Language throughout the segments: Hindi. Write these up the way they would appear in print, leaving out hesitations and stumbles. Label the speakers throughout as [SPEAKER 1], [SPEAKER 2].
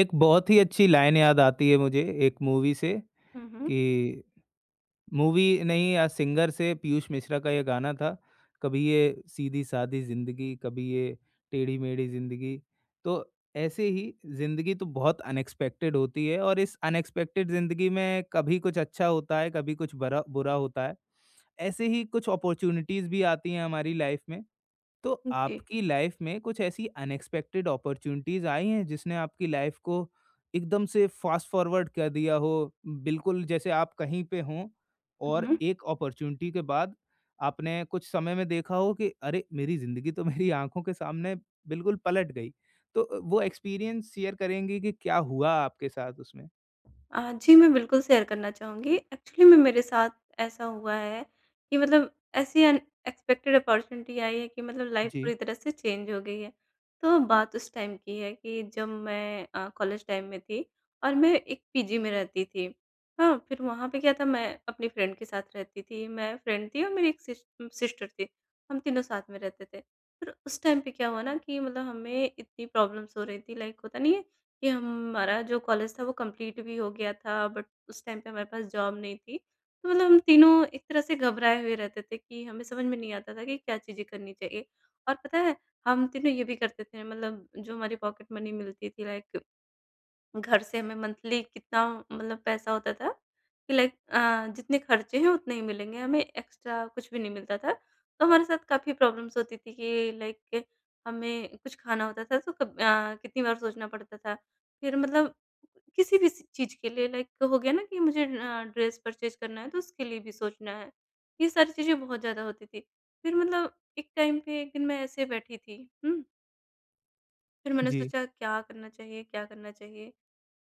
[SPEAKER 1] एक बहुत ही अच्छी लाइन याद आती है मुझे एक मूवी से
[SPEAKER 2] हुँ, हुँ।
[SPEAKER 1] कि मूवी नहीं या सिंगर से, पीयूष मिश्रा का ये गाना था, कभी ये सीधी-सादी ज़िंदगी, कभी ये टेढ़ी-मेढ़ी ज़िंदगी। तो ऐसे ही ज़िंदगी तो बहुत अनएक्सपेक्टेड होती है और इस अनएक्सपेक्टेड ज़िंदगी में कभी कुछ अच्छा होता है, कभी कुछ बरा बुरा होता है। ऐसे ही कुछ अपॉर्च्युनिटीज़ भी आती हैं हमारी लाइफ़ में। तो
[SPEAKER 2] जी।
[SPEAKER 1] आपकी लाइफ में कुछ ऐसी अनएक्सपेक्टेड अपॉर्चुनिटीज आई हैं जिसने आपकी लाइफ को एकदम से फास्ट फॉरवर्ड कर दिया हो, बिल्कुल जैसे आप कहीं पे हों
[SPEAKER 2] हुँ,
[SPEAKER 1] और
[SPEAKER 2] हुँ।
[SPEAKER 1] एक अपॉर्चुनिटी के बाद आपने कुछ समय में देखा हो कि अरे, मेरी जिंदगी तो मेरी आंखों के सामने बिल्कुल पलट गई। तो वो एक्सपीरियंस शेयर करेंगे कि क्या हुआ आपके साथ उसमें।
[SPEAKER 2] जी, मैं बिल्कुल शेयर करना चाहूँगी। एक्चुअली में मेरे साथ ऐसा हुआ है कि मतलब ऐसी अनएक्सपेक्टेड अपॉर्च्युनिटी आई है कि मतलब लाइफ़
[SPEAKER 1] जी,
[SPEAKER 2] पूरी तरह से चेंज हो गई है। तो बात उस टाइम की है कि जब मैं कॉलेज टाइम में थी और मैं एक पीजी में रहती थी। हाँ, फिर वहाँ पे क्या था, मैं अपनी फ्रेंड के साथ रहती थी। मैं फ्रेंड थी और मेरी एक सिस्टर थी। हम तीनों साथ में रहते थे। फिर उस टाइम पे क्या हुआ ना कि मतलब हमें इतनी प्रॉब्लम्स हो रही थी, लाइक होता नहीं है कि हमारा जो कॉलेज था वो कंप्लीट भी हो गया था, बट उस टाइम पे हमारे पास जॉब नहीं थी। तो मतलब हम तीनों एक तरह से घबराए हुए रहते थे कि हमें समझ में नहीं आता था कि क्या चीज़ें करनी चाहिए। और पता है, हम तीनों ये भी करते थे मतलब जो हमारी पॉकेट मनी मिलती थी, लाइक घर से हमें मंथली कितना मतलब पैसा होता था कि लाइक जितने खर्चे हैं उतने ही मिलेंगे, हमें एक्स्ट्रा कुछ भी नहीं मिलता था। तो हमारे साथ काफ़ी प्रॉब्लम्स होती थी कि लाइक हमें कुछ खाना होता था तो कब कितनी बार सोचना पड़ता था। फिर मतलब किसी भी स चीज़ के लिए, लाइक हो गया ना कि मुझे ड्रेस परचेज़ करना है तो उसके लिए भी सोचना है। ये सारी चीज़ें बहुत ज़्यादा होती थी। फिर मतलब एक टाइम पे एक दिन मैं ऐसे बैठी थी, हुँ? फिर मैंने
[SPEAKER 1] जी,
[SPEAKER 2] सोचा क्या करना चाहिए, क्या करना चाहिए?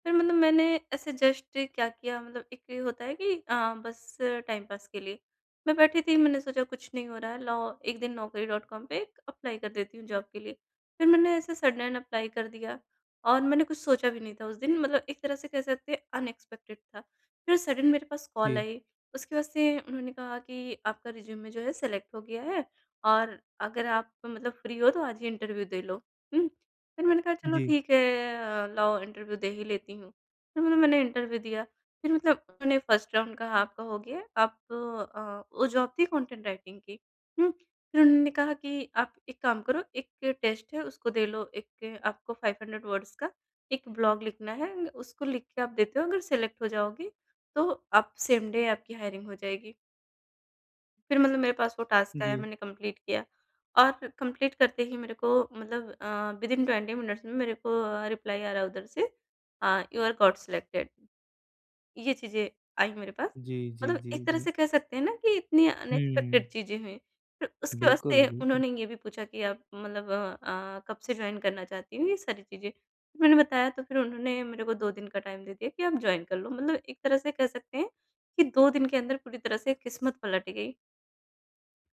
[SPEAKER 2] फिर मतलब मैंने ऐसे जस्ट क्या किया, मतलब एक ये होता है कि बस टाइम पास के लिए मैं बैठी थी, मैंने सोचा कुछ नहीं हो रहा है, लाओ एक दिन नौकरी डॉट कॉम पे एक अप्लाई कर देती हूँ जॉब के लिए। फिर मैंने ऐसे सडन अप्लाई कर दिया और मैंने कुछ सोचा भी नहीं था उस दिन, मतलब एक तरह से कह सकते हैं अनएक्सपेक्टेड था। फिर सडन मेरे पास कॉल
[SPEAKER 1] जी,
[SPEAKER 2] आई। उसके बाद से उन्होंने कहा कि आपका रिज्यूमे जो है सेलेक्ट हो गया है, और अगर आप मतलब फ्री हो तो आज ही इंटरव्यू दे लो। फिर मैंने कहा चलो
[SPEAKER 1] जी,
[SPEAKER 2] ठीक है, लाओ इंटरव्यू दे ही लेती हूँ। फिर मतलब मैंने इंटरव्यू दिया। फिर मतलब उन्होंने फर्स्ट राउंड कहा आपका हो गया, आप वो जॉब थी कंटेंट राइटिंग की। हुँ, फिर उन्होंने कहा कि आप एक काम करो, एक टेस्ट है उसको दे लो, एक आपको 500 वर्ड्स का एक ब्लॉग लिखना है, उसको लिख के आप देते हो, अगर सेलेक्ट हो जाओगे तो आप सेम डे आपकी हायरिंग हो जाएगी। फिर मतलब मेरे पास वो टास्क आया,
[SPEAKER 1] जी,
[SPEAKER 2] मैंने कंप्लीट किया और कंप्लीट करते ही मेरे को मतलब विदिन 20 मिनट्स में मेरे को रिप्लाई आ रहा है उधर से, यू आर गॉट सिलेक्टेड, ये चीज़ें आई मेरे पास।
[SPEAKER 1] जी, जी,
[SPEAKER 2] मतलब
[SPEAKER 1] जी,
[SPEAKER 2] एक तरह
[SPEAKER 1] जी।
[SPEAKER 2] से कह सकते हैं ना कि इतनी
[SPEAKER 1] हम्म।
[SPEAKER 2] अनएक्सपेक्टेड चीज़ें हुई। फिर उसके बाद
[SPEAKER 1] बिल्कुल,
[SPEAKER 2] से
[SPEAKER 1] बिल्कुल।
[SPEAKER 2] उन्होंने ये भी पूछा कि आप मतलब कब से ज्वाइन करना चाहती हो, ये सारी चीज़ें मैंने बताया। तो फिर उन्होंने मेरे को दो दिन का टाइम दे दिया कि आप ज्वाइन कर लो, मतलब एक तरह से कह सकते हैं कि दो दिन के अंदर पूरी तरह से किस्मत पलट गई।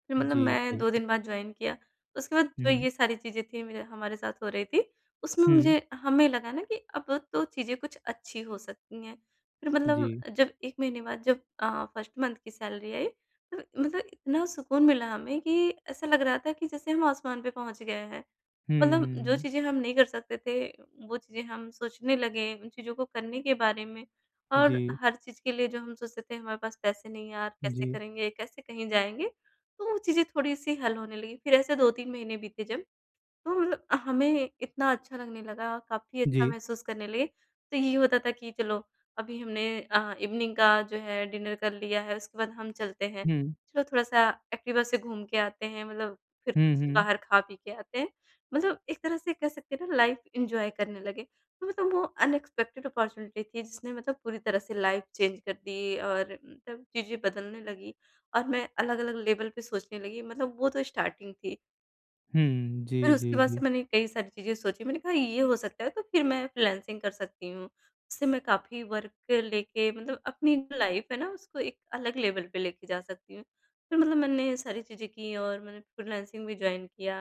[SPEAKER 2] फिर मतलब
[SPEAKER 1] जी।
[SPEAKER 2] मैं 2
[SPEAKER 1] बिल्कुल।
[SPEAKER 2] दिन बाद जॉइन किया। उसके बाद जो ये सारी चीज़ें थी मेरे हमारे साथ हो रही थी, उसमें
[SPEAKER 1] हम्म।
[SPEAKER 2] मुझे हमें लगा ना कि अब तो चीज़ें कुछ अच्छी हो सकती हैं। फिर
[SPEAKER 1] जी।
[SPEAKER 2] मतलब जब 1 महीने बाद, जब फर्स्ट मंथ की सैलरी आई, तो मतलब इतना सुकून मिला हमें कि ऐसा लग रहा था कि जैसे हम आसमान पे पहुँच गए हैं।
[SPEAKER 1] हुँ,
[SPEAKER 2] मतलब
[SPEAKER 1] हुँ,
[SPEAKER 2] जो चीज़ें
[SPEAKER 1] हुँ।
[SPEAKER 2] हम नहीं कर सकते थे, वो चीज़ें हम सोचने लगे, उन चीज़ों को करने के बारे में।
[SPEAKER 1] जी,
[SPEAKER 2] और हर चीज़ के लिए जो हम सोचते थे हमारे पास पैसे नहीं यार, कैसे
[SPEAKER 1] जी,
[SPEAKER 2] करेंगे, कैसे कहीं जाएँगे? तो वो चीज़ें थोड़ी-सी हल होने लगी। फिर ऐसे 2-3 महीने बीते, जब तो मतलब हमें इतना अच्छा लगने लगा, काफ़ी अच्छा
[SPEAKER 1] जी।
[SPEAKER 2] महसूस करने लगे। तो यही होता था कि चलो अभी हमने इवनिंग का जो है डिनर कर लिया है, उसके बाद हम चलते हैं।
[SPEAKER 1] हुँ,
[SPEAKER 2] चलो थोड़ा-सा एक्टिवा से घूम के आते हैं, मतलब फिर
[SPEAKER 1] हुँ,
[SPEAKER 2] कुछ
[SPEAKER 1] हुँ।
[SPEAKER 2] बाहर खा-पी के आते हैं। मतलब एक तरह से कह सकते हैं ना, लाइफ़ एन्जॉय करने लगे। तो मतलब वो अनएक्सपेक्टेड अपॉर्च्युनिटी थी जिसने मतलब पूरी तरह से लाइफ़ चेंज कर दी, और मतलब चीज़ें बदलने लगी और मैं अलग-अलग लेवल पे सोचने लगी। मतलब वो तो स्टार्टिंग थी।
[SPEAKER 1] हुँ, जी,
[SPEAKER 2] फिर उसके
[SPEAKER 1] जी,
[SPEAKER 2] बाद
[SPEAKER 1] जी।
[SPEAKER 2] से मैंने कई सारी चीज़ें सोची, मैंने कहा ये हो सकता है तो फिर मैं फ्रीलांसिंग कर सकती हूँ। उससे मैं काफ़ी वर्क लेके मतलब अपनी लाइफ़ है ना, उसको एक अलग लेवल पे लेके जा सकती हूँ। फिर मतलब मैंने सारी चीज़ें की और मैंने फ्रीलांसिंग भी जॉइन किया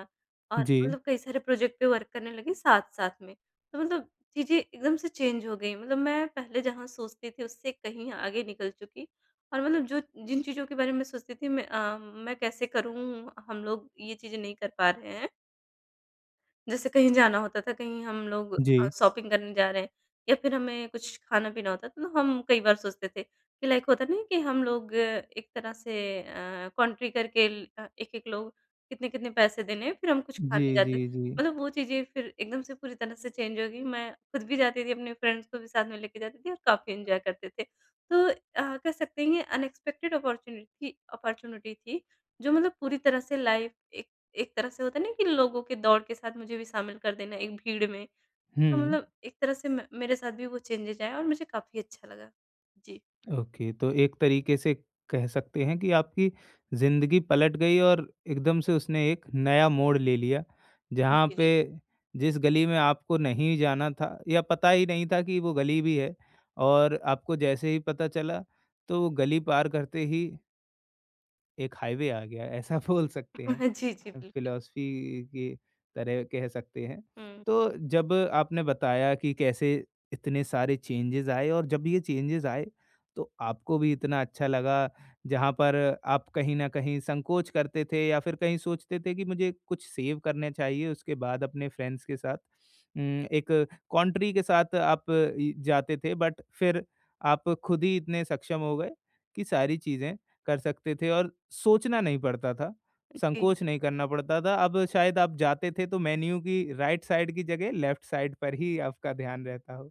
[SPEAKER 2] और
[SPEAKER 1] जी,
[SPEAKER 2] मतलब कई सारे प्रोजेक्ट पे वर्क करने लगी साथ-साथ में। तो मतलब चीज़ें एकदम से चेंज हो गई, मतलब मैं पहले जहाँ सोचती थी उससे कहीं आगे निकल चुकी और मतलब जो जिन चीज़ों के बारे में सोचती थी, मैं कैसे करूँ, हम लोग ये चीज़ें नहीं कर पा रहे हैं। जैसे कहीं जाना होता था, कहीं हम लोग
[SPEAKER 1] जी।
[SPEAKER 2] शॉपिंग करने जा रहे हैं या फिर हमें कुछ खाना-पीना होता था, तो हम कई बार सोचते थे कि लाइक होता नहीं है कि हम लोग एक तरह से कंट्री करके एक-एक लोग कितने-कितने पैसे देने हैं, फिर हम कुछ
[SPEAKER 1] जी,
[SPEAKER 2] खाने
[SPEAKER 1] जी,
[SPEAKER 2] जाते थे।
[SPEAKER 1] जी।
[SPEAKER 2] मतलब वो चीज़ें फिर एकदम से पूरी तरह से चेंज हो गई। मैं खुद भी जाती थी, अपने फ्रेंड्स को भी साथ में लेके जाती थी और काफ़ी एन्जॉय करते थे। तो कह सकते हैं ये अनएक्सपेक्टेड अपॉर्चुनिटी अपॉर्चुनिटी थी, जो मतलब पूरी तरह से लाइफ़ एक एक तरह से होता है ना कि लोगों के दौड़ के साथ मुझे भी शामिल कर देना एक भीड़ में। तो
[SPEAKER 1] हुँ।
[SPEAKER 2] मतलब एक तरह से म मेरे साथ भी वो चेंजेज़ आया और मुझे काफ़ी अच्छा लगा। जी।
[SPEAKER 1] ओके, तो एक तरीके से कह सकते हैं कि आपकी ज़िंदगी पलट गई और एकदम से उसने एक नया मोड़ ले लिया, जहाँ
[SPEAKER 2] जी,
[SPEAKER 1] पे,
[SPEAKER 2] जी।
[SPEAKER 1] जिस गली में आपको नहीं जाना था या पता ही नहीं था कि वो गली भी है, और आपको जैसे ही पता चला, तो वो गली पार करते ही एक हाईवे आ गया, ऐसा बोल सकते हैं।
[SPEAKER 2] जी, जी, बिल्कुल।
[SPEAKER 1] फ़िलॉसफ़ी की तरह कह सकते हैं।
[SPEAKER 2] हुँ,
[SPEAKER 1] तो जब आपने बताया कि कैसे इतने सारे चेंजेज़ आए, और जब ये चेंजेज़ आए तो आपको भी इतना अच्छा लगा, जहाँ पर आप कहीं न कहीं संकोच करते थे या फिर कहीं सोचते थे कि मुझे कुछ सेव करने चाहिए, उसके बाद अपने फ्रेंड्स के साथ उम, एक कंट्री के साथ आप इ जाते थे, बट फिर आप खुद ही इतने सक्षम हो गए कि सारी चीज़ें कर सकते थे और सोचना नहीं पड़ता था,
[SPEAKER 2] जी।
[SPEAKER 1] संकोच नहीं करना पड़ता था। अब शायद आप जाते थे तो मेन्यू की राइट साइड की जगह लेफ्ट साइड पर ही आपका ध्यान रहता हो।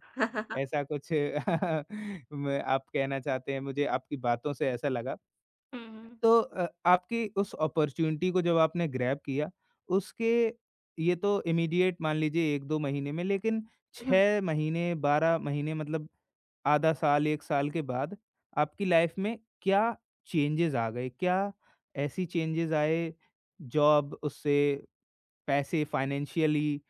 [SPEAKER 1] ऐसा कुछ म आप कहना चाहते हैं, मुझे आपकी बातों से ऐसा लगा।
[SPEAKER 2] हुँ, हुँ।
[SPEAKER 1] तो आपकी उस अपॉर्च्युनिटी को जब आपने ग्रैब किया, उसके, ये तो इमीडिएट मान लीजिए 1-2 महीने में, लेकिन
[SPEAKER 2] हुँ,
[SPEAKER 1] 6 महीने, 12 महीने मतलब आधा साल, 1 साल के बाद आपकी लाइफ में क्या चेंजेस आ गए? क्या ऐसी चेंजेस आए जॉब, उससे पैसे, फाइनेंशियली,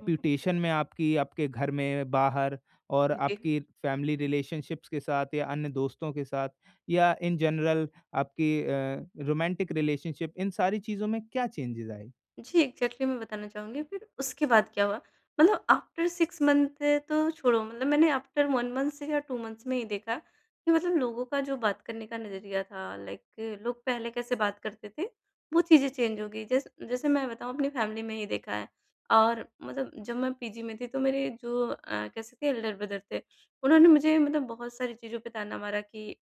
[SPEAKER 2] हुँ।
[SPEAKER 1] में आपकी, आपके घर में, बाहर, और
[SPEAKER 2] जी, जी।
[SPEAKER 1] आपकी फैमिली रिलेशनशिप्स के साथ या अन्य दोस्तों के साथ, या इन जनरल आपकी रोमांटिक रिलेशनशिप, इन सारी चीज़ों में क्या चेंजेस आए?
[SPEAKER 2] जी, एग्ज़ैक्टली मैं बताना चाहूँगी फिर उसके बाद क्या हुआ? मतलब आफ्टर 6 मंथ तो छोड़ो, मतलब मैंने आफ्टर 1 मंथ से या 2 मंथ्स में ही देखा कि मतलब लोगों का जो बात करने का नज़रिया था, लाइक लोग पहले कैसे बात करते थे, वो चीज़ें चेंज हो गई। जैसे मैं बताऊँ, अपनी फ़ैमिली में ही देखा है। और मतलब जब मैं पीजी में थी तो मेरे जो कह सकते हैं एल्डर ब्रदर थे, उन्होंने मुझे मतलब बहुत सारी चीज़ों पे ताना मारा कि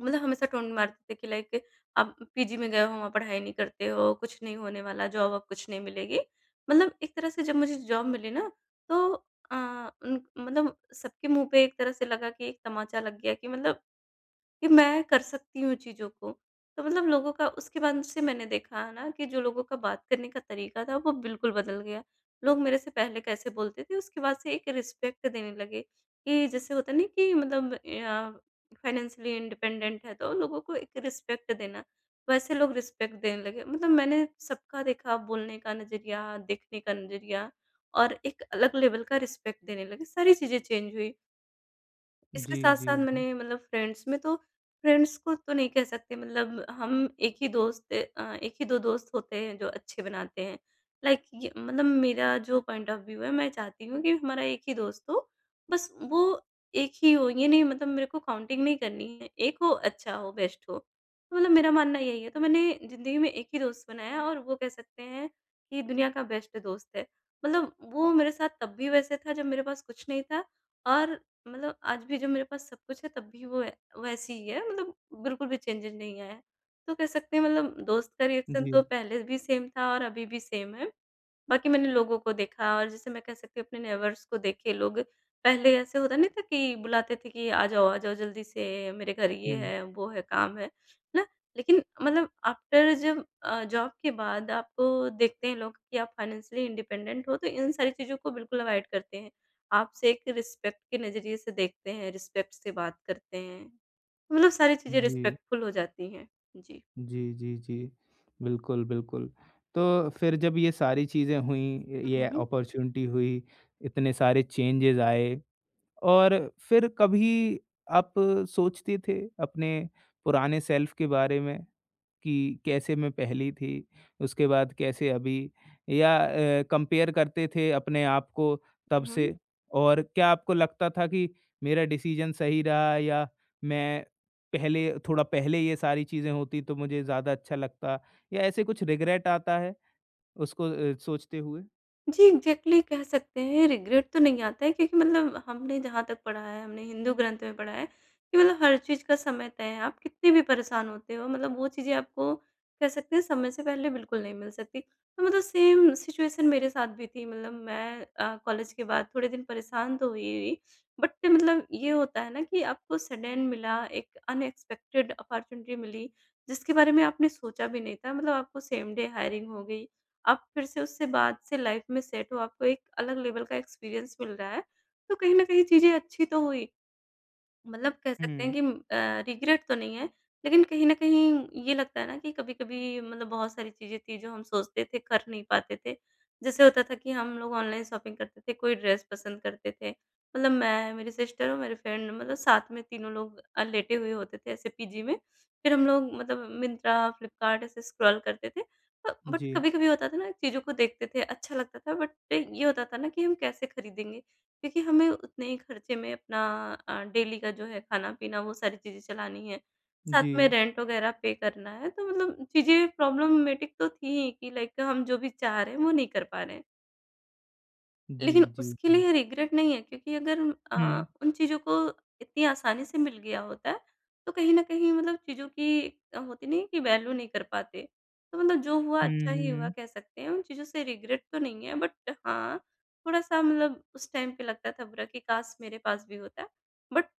[SPEAKER 2] मतलब हमेशा टोन्ट मारते थे कि लाइक आप पीजी में गए हो, वहाँ पढ़ाई नहीं करते हो, कुछ नहीं होने वाला, जॉब अब कुछ नहीं मिलेगी। मतलब एक तरह से जब मुझे जॉब मिली ना तो अ, उन मतलब सबके मुँह पे एक तरह से लगा कि एक तमाचा लग गया कि मतलब कि मैं कर सकती हूँ चीज़ों को। तो मतलब लोगों का उसके बाद से मैंने देखा है ना कि जो लोगों का बात करने का तरीका था वो बिल्कुल बदल गया। लोग मेरे से पहले कैसे बोलते थे, उसके बाद से एक रिस्पेक्ट देने लगे कि जैसे होता नहीं कि मतलब फाइनेंशियली इंडिपेंडेंट है तो लोगों को एक रिस्पेक्ट देना, वैसे लोग रिस्पेक्ट देने लगे। मतलब मैंने सबका देखा बोलने का नज़रिया, देखने का नज़रिया, और एक अलग लेवल का रिस्पेक्ट देने लगे। सारी चीज़ें चेंज हुई। इसके
[SPEAKER 1] जी, जी,
[SPEAKER 2] साथ-साथ
[SPEAKER 1] जी।
[SPEAKER 2] मैंने मतलब फ्रेंड्स में तो, फ्रेंड्स को तो नहीं कह सकते, मतलब हम एक ही दोस्त एक ही 2 दोस्त होते हैं जो अच्छे बनाते हैं। लाइक ये मतलब मेरा जो पॉइंट ऑफ व्यू है, मैं चाहती हूँ कि हमारा एक ही दोस्त हो, बस वो एक ही हो, ये नहीं मतलब मेरे को काउंटिंग नहीं करनी है, एक हो, अच्छा हो, बेस्ट हो। तो मतलब मेरा मानना यही है, तो मैंने ज़िंदगी में एक ही दोस्त बनाया और वो कह सकते हैं कि दुनिया का बेस्ट दोस्त है। मतलब वो मेरे साथ तब भी वैसे था जब मेरे पास कुछ नहीं था, और मतलब आज भी जो मेरे पास सब कुछ है तब भी वो ए वैसी ही है, मतलब बिल्कुल भी चेंजेज़ नहीं आया है। तो कह सकते हैं मतलब दोस्त का रिएक्शन
[SPEAKER 1] जी।
[SPEAKER 2] तो पहले भी सेम था और अभी भी सेम है। बाकी मैंने लोगों को देखा, और जैसे मैं कह सकती हूँ अपने नेबर्स को देखे, लोग पहले ऐसे होता नहीं था कि बुलाते थे कि आ जाओ जल्दी से मेरे घर, ये
[SPEAKER 1] हुँ।
[SPEAKER 2] है, वो है, काम है ना? लेकिन मतलब आफ्टर जब जॉब के बाद आपको देखते हैं लोग कि आप फाइनेंशियली इंडिपेंडेंट हो तो इन सारी चीज़ों को बिल्कुल अवॉइड करते हैं। आपसे एक रिस्पेक्ट के नज़रिए से देखते हैं, रिस्पेक्ट से बात करते हैं। मतलब सारी चीज़ें
[SPEAKER 1] जी।
[SPEAKER 2] रिस्पेक्टफुल हो जाती हैं। जी।
[SPEAKER 1] जी, जी, जी। बिल्कुल, बिल्कुल। तो फिर जब ये सारी चीज़ें हुईं, ये
[SPEAKER 2] हुँ, हुँ।
[SPEAKER 1] अपॉर्च्युनिटी हुई, इतने सारे चेंजेज़ आए, और फिर कभी आप सोचते थे अपने पुराने सेल्फ के बारे में? कि कैसे मैं पहली थी, उसके बाद कैसे अभी, या कंपेयर करते थे अपने आप को तब
[SPEAKER 2] हुँ, हुँ।
[SPEAKER 1] से? और क्या आपको लगता था कि मेरा डिसीज़न सही रहा, या मैं पहले, थोड़ा पहले ये सारी चीज़ें होती तो मुझे ज़्यादा अच्छा लगता, या ऐसे कुछ रिग्रेट आता है उसको सोचते हुए?
[SPEAKER 2] जी, एग्ज़ैक्टली कह सकते हैं रिग्रेट तो नहीं आता है क्योंकि मतलब हमने जहाँ तक पढ़ा है, हमने हिंदू ग्रंथ में पढ़ा है कि मतलब हर चीज़ का समय तय है। आप कितने भी परेशान होते हो, मतलब वो चीज़ें आपको कह सकते हैं समय से पहले बिल्कुल नहीं मिल सकती। तो मतलब सेम सिचुएशन मेरे साथ भी थी। मतलब मैं कॉलेज के बाद थोड़े दिन परेशान तो हुई हुई, बट मतलब ये होता है ना कि आपको सडन मिला, एक अनएक्सपेक्टेड अपॉर्च्युनिटी मिली, जिसके बारे में आपने सोचा भी नहीं था। मतलब आपको सेम डे हायरिंग हो गई। आप फिर से उससे बाद से लाइफ़ में सेट हो, आपको एक अलग लेवल का एक्सपीरियंस मिल रहा है, तो कहीं न कहीं चीज़ें अच्छी तो हुई। मतलब कह सकते हैं
[SPEAKER 1] हुँ,
[SPEAKER 2] कि रिग्रेट तो नहीं है, लेकिन कहीं न कहीं ये लगता है ना कि कभी-कभी मतलब बहुत सारी चीज़ें थी जो हम सोचते थे, कर नहीं पाते थे। जैसे होता था कि हम लोग ऑनलाइन शॉपिंग करते थे, कोई ड्रेस पसंद करते थे। मतलब मैं, मेरी सिस्टर और मेरे फ्रेंड मतलब साथ में तीनों लोग लेटे हुए होते थे ऐसे पीजी में। फिर हम लोग मतलब मिंत्रा, फ्लिपकार्ट ऐसे स्क्रॉल करते थे। ब बट
[SPEAKER 1] जी।
[SPEAKER 2] कभी-कभी होता था ना चीज़ों को देखते थे, अच्छा लगता था, बट ये होता था ना कि हम कैसे खरीदेंगे? क्योंकि हमें उतने ही खर्चे में अपना डेली का जो है खाना-पीना वो सारी चीज़ें चलानी है। साथ में
[SPEAKER 1] जी।
[SPEAKER 2] रेंट वगैरह पे करना है, तो मतलब चीज़ें प्रॉब्लमेटिक तो थी ही कि लाइक हम जो भी चाह रहे हैं वो नहीं कर पा रहे हैं।
[SPEAKER 1] जी,
[SPEAKER 2] लेकिन
[SPEAKER 1] जी,
[SPEAKER 2] उसके
[SPEAKER 1] जी।
[SPEAKER 2] लिए रिग्रेट नहीं है क्योंकि अगर
[SPEAKER 1] हुँ।
[SPEAKER 2] उन चीज़ों को इतनी आसानी से मिल गया होता है, तो कहीं न कहीं मतलब चीज़ों की होती नहीं है कि वैल्यू नहीं कर पाते। तो मतलब जो हुआ
[SPEAKER 1] हुँ,
[SPEAKER 2] अच्छा
[SPEAKER 1] हुँ,
[SPEAKER 2] ही हुआ
[SPEAKER 1] हुँ।
[SPEAKER 2] कह सकते हैं, उन चीज़ों से रिग्रेट तो नहीं है। बट हाँ, थोड़ा-सा मतलब उस टाइम पे लगता था बुरा कि काश मेरे पास भी होता। बट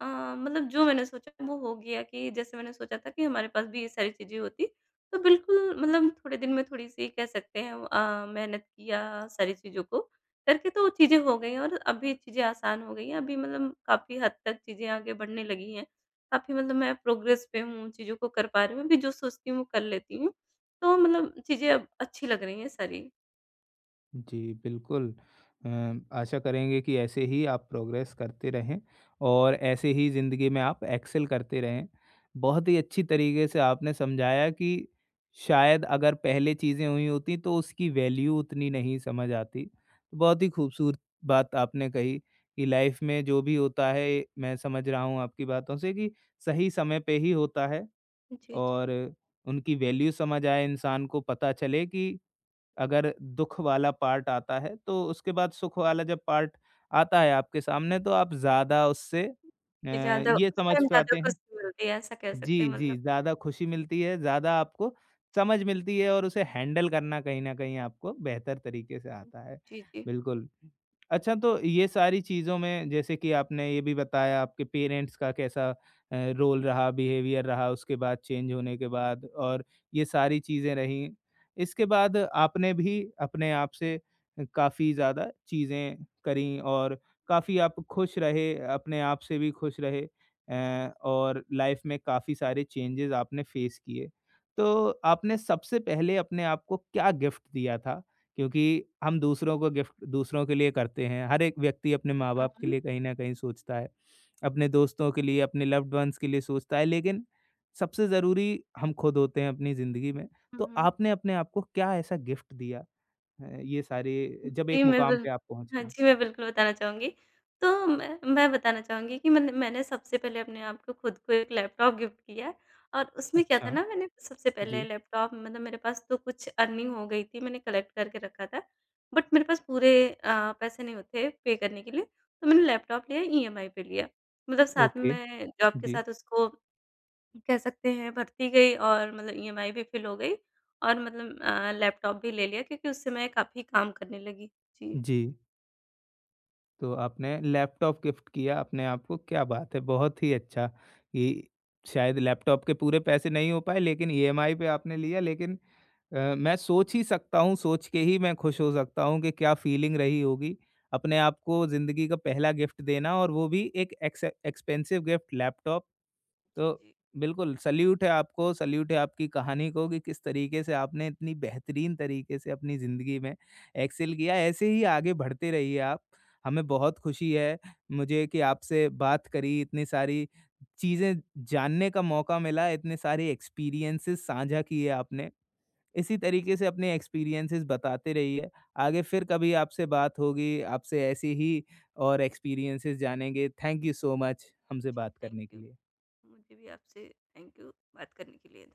[SPEAKER 2] मतलब जो मैंने सोचा वो हो गया कि जैसे मैंने सोचा था कि हमारे पास भी ये सारी चीज़ें होती, तो बिल्कुल मतलब थोड़े दिन में थोड़ी-सी कह सकते हैं मेहनत किया सारी चीज़ों को करके तो चीज़ें हो गई हैं और अभी चीज़ें आसान हो गई हैं। अभी मतलब काफ़ी हद तक चीज़ें आगे बढ़ने लगी हैं। काफ़ी मतलब मैं प्रोग्रेस पे हूँ, चीज़ों को कर पा रही हूँ। अभी जो सोचती हूँ, वो कर लेती हूँ। तो मतलब चीज़ें अब अच्छी लग रही हैं सारी।
[SPEAKER 1] जी, बिल्कुल। अ, आशा करेंगे कि ऐसे ही आप प्रोग्रेस करते रहें और ऐसे ही ज़िंदगी में आप एक्सेल करते रहें। बहुत ही अच्छी तरीके से आपने समझाया कि शायद अगर पहले चीज़ें हुई होती तो उसकी वैल्यू उतनी नहीं समझ आती। तो बहुत ही खूबसूरत बात आपने कही कि लाइफ में जो भी होता है, मैं समझ रहा हूँ आपकी बातों से, कि सही समय पे ही होता है,
[SPEAKER 2] जी, जी।
[SPEAKER 1] और उनकी वैल्यू समझ आए, इंसान को पता चले कि अगर दुःख वाला पार्ट आता है, तो उसके बाद सुख वाला जब पार्ट आता है आपके सामने, तो आप ज़्यादा उससे
[SPEAKER 2] ये ज़्यादा
[SPEAKER 1] ये
[SPEAKER 2] उस
[SPEAKER 1] समझ
[SPEAKER 2] टाइम ज़्यादा
[SPEAKER 1] पाते हैं।
[SPEAKER 2] खुशी मिलती है, ऐसा कह सकते
[SPEAKER 1] जी,
[SPEAKER 2] हैं
[SPEAKER 1] जी,
[SPEAKER 2] मतलब।
[SPEAKER 1] ज़्यादा खुशी मिलती है, ज़्यादा आपको समझ मिलती है, और उसे हैंडल करना कहीं न कहीं आपको बेहतर तरीके से आता है।
[SPEAKER 2] जी, जी।
[SPEAKER 1] बिल्कुल। अच्छा, तो ये सारी चीज़ों में, जैसे कि आपने ये भी बताया, आपके पेरेंट्स का कैसा रोल रहा, बिहेवियर रहा उसके बाद, चेंज होने के बाद, और ये सारी चीज़ें रहीं। इसके बाद आपने भी अपने आप से काफ़ी ज़्यादा चीज़ें करी और काफ़ी आप खुश रहे, अपने आप से भी खुश रहे। और लाइफ में काफ़ी सारे चेंजेस आपने फेस किए। तो आपने सबसे पहले अपने आप को क्या गिफ्ट दिया था? क्योंकि हम दूसरों को गिफ्ट, दूसरों के लिए करते हैं। हर एक व्यक्ति अपने
[SPEAKER 2] हुँ,
[SPEAKER 1] माँ-बाप के
[SPEAKER 2] हुँ।
[SPEAKER 1] लिए कहीं न कहीं सोचता है, अपने दोस्तों के लिए, अपने लव्ड वन्स के लिए सोचता है, लेकिन सबसे ज़रूरी हम खुद होते हैं अपनी ज़िंदगी में।
[SPEAKER 2] हुँ,
[SPEAKER 1] तो
[SPEAKER 2] हुँ।
[SPEAKER 1] आपने अपने आप को क्या ऐसा गिफ्ट दिया ये सारे, जब एक
[SPEAKER 2] जी, मैं
[SPEAKER 1] मुकाम
[SPEAKER 2] बिल
[SPEAKER 1] पे आप पहुँच
[SPEAKER 2] हाँ
[SPEAKER 1] गए?
[SPEAKER 2] जी, मैं बिल्कुल बताना चाहूँगी। तो मैं बताना चाहूँगी कि मतलब मैंने सबसे पहले अपने आप को खुद को एक लैपटॉप गिफ्ट किया और उसमें क्या था
[SPEAKER 1] अच्छा।
[SPEAKER 2] ना, मैंने सबसे पहले
[SPEAKER 1] जी।
[SPEAKER 2] लैपटॉप मतलब मेरे पास तो कुछ अर्निंग हो गई थी, मैंने कलेक्ट करके रखा था। बट मेरे पास पूरे पैसे नहीं होते पे करने के लिए, तो मैंने लैपटॉप लिया, ईएमआई पे लिया। मतलब साथ में
[SPEAKER 1] ओके।
[SPEAKER 2] मैं जॉब के
[SPEAKER 1] जी।
[SPEAKER 2] साथ उसको कह सकते हैं भर्ती गई और मतलब ईएमआई भी फ़िल हो गई और मतलब लैपटॉप भी ले लिया क्योंकि उससे मैं काफ़ी काम करने लगी। जी।
[SPEAKER 1] जी। तो आपने लैपटॉप गिफ्ट किया अपने आप को, क्या बात है! बहुत ही अच्छा कि शायद लैपटॉप के पूरे पैसे नहीं हो पाए, लेकिन ईएमआई पे आपने लिया, लेकिन मैं सोच ही सकता हूँ, सोच के ही मैं खुश हो सकता हूँ कि क्या फीलिंग रही होगी, अपने आप को ज़िंदगी का पहला गिफ्ट देना, और वो भी एक एक्सपेंसिव गिफ्ट, लैपटॉप।
[SPEAKER 2] जी,
[SPEAKER 1] तो
[SPEAKER 2] जी।
[SPEAKER 1] बिल्कुल सैल्यूट है आपको, सैल्यूट है आपकी कहानी को कि किस तरीके से आपने इतनी बेहतरीन तरीके से अपनी ज़िंदगी में एक्सेल किया। ऐसे ही आगे बढ़ते रहिए आप। हमें बहुत खुशी है, मुझे कि आपसे बात करी, इतनी सारी चीज़ें जानने का मौका मिला, इतने सारे एक्सपीरियंसेस साझा किए आपने। इसी तरीके से अपने एक्सपीरियंसेस बताते रहिए। आगे फिर कभी आपसे बात होगी, आपसे ऐसे ही और एक्सपीरियंसेस जानेंगे। थैंक यू सो मच हमसे
[SPEAKER 2] जी,
[SPEAKER 1] बात
[SPEAKER 2] थैंक
[SPEAKER 1] करने के
[SPEAKER 2] यू।
[SPEAKER 1] लिए।
[SPEAKER 2] मुझे भी आपसे थैंक यू बात करने के लिए।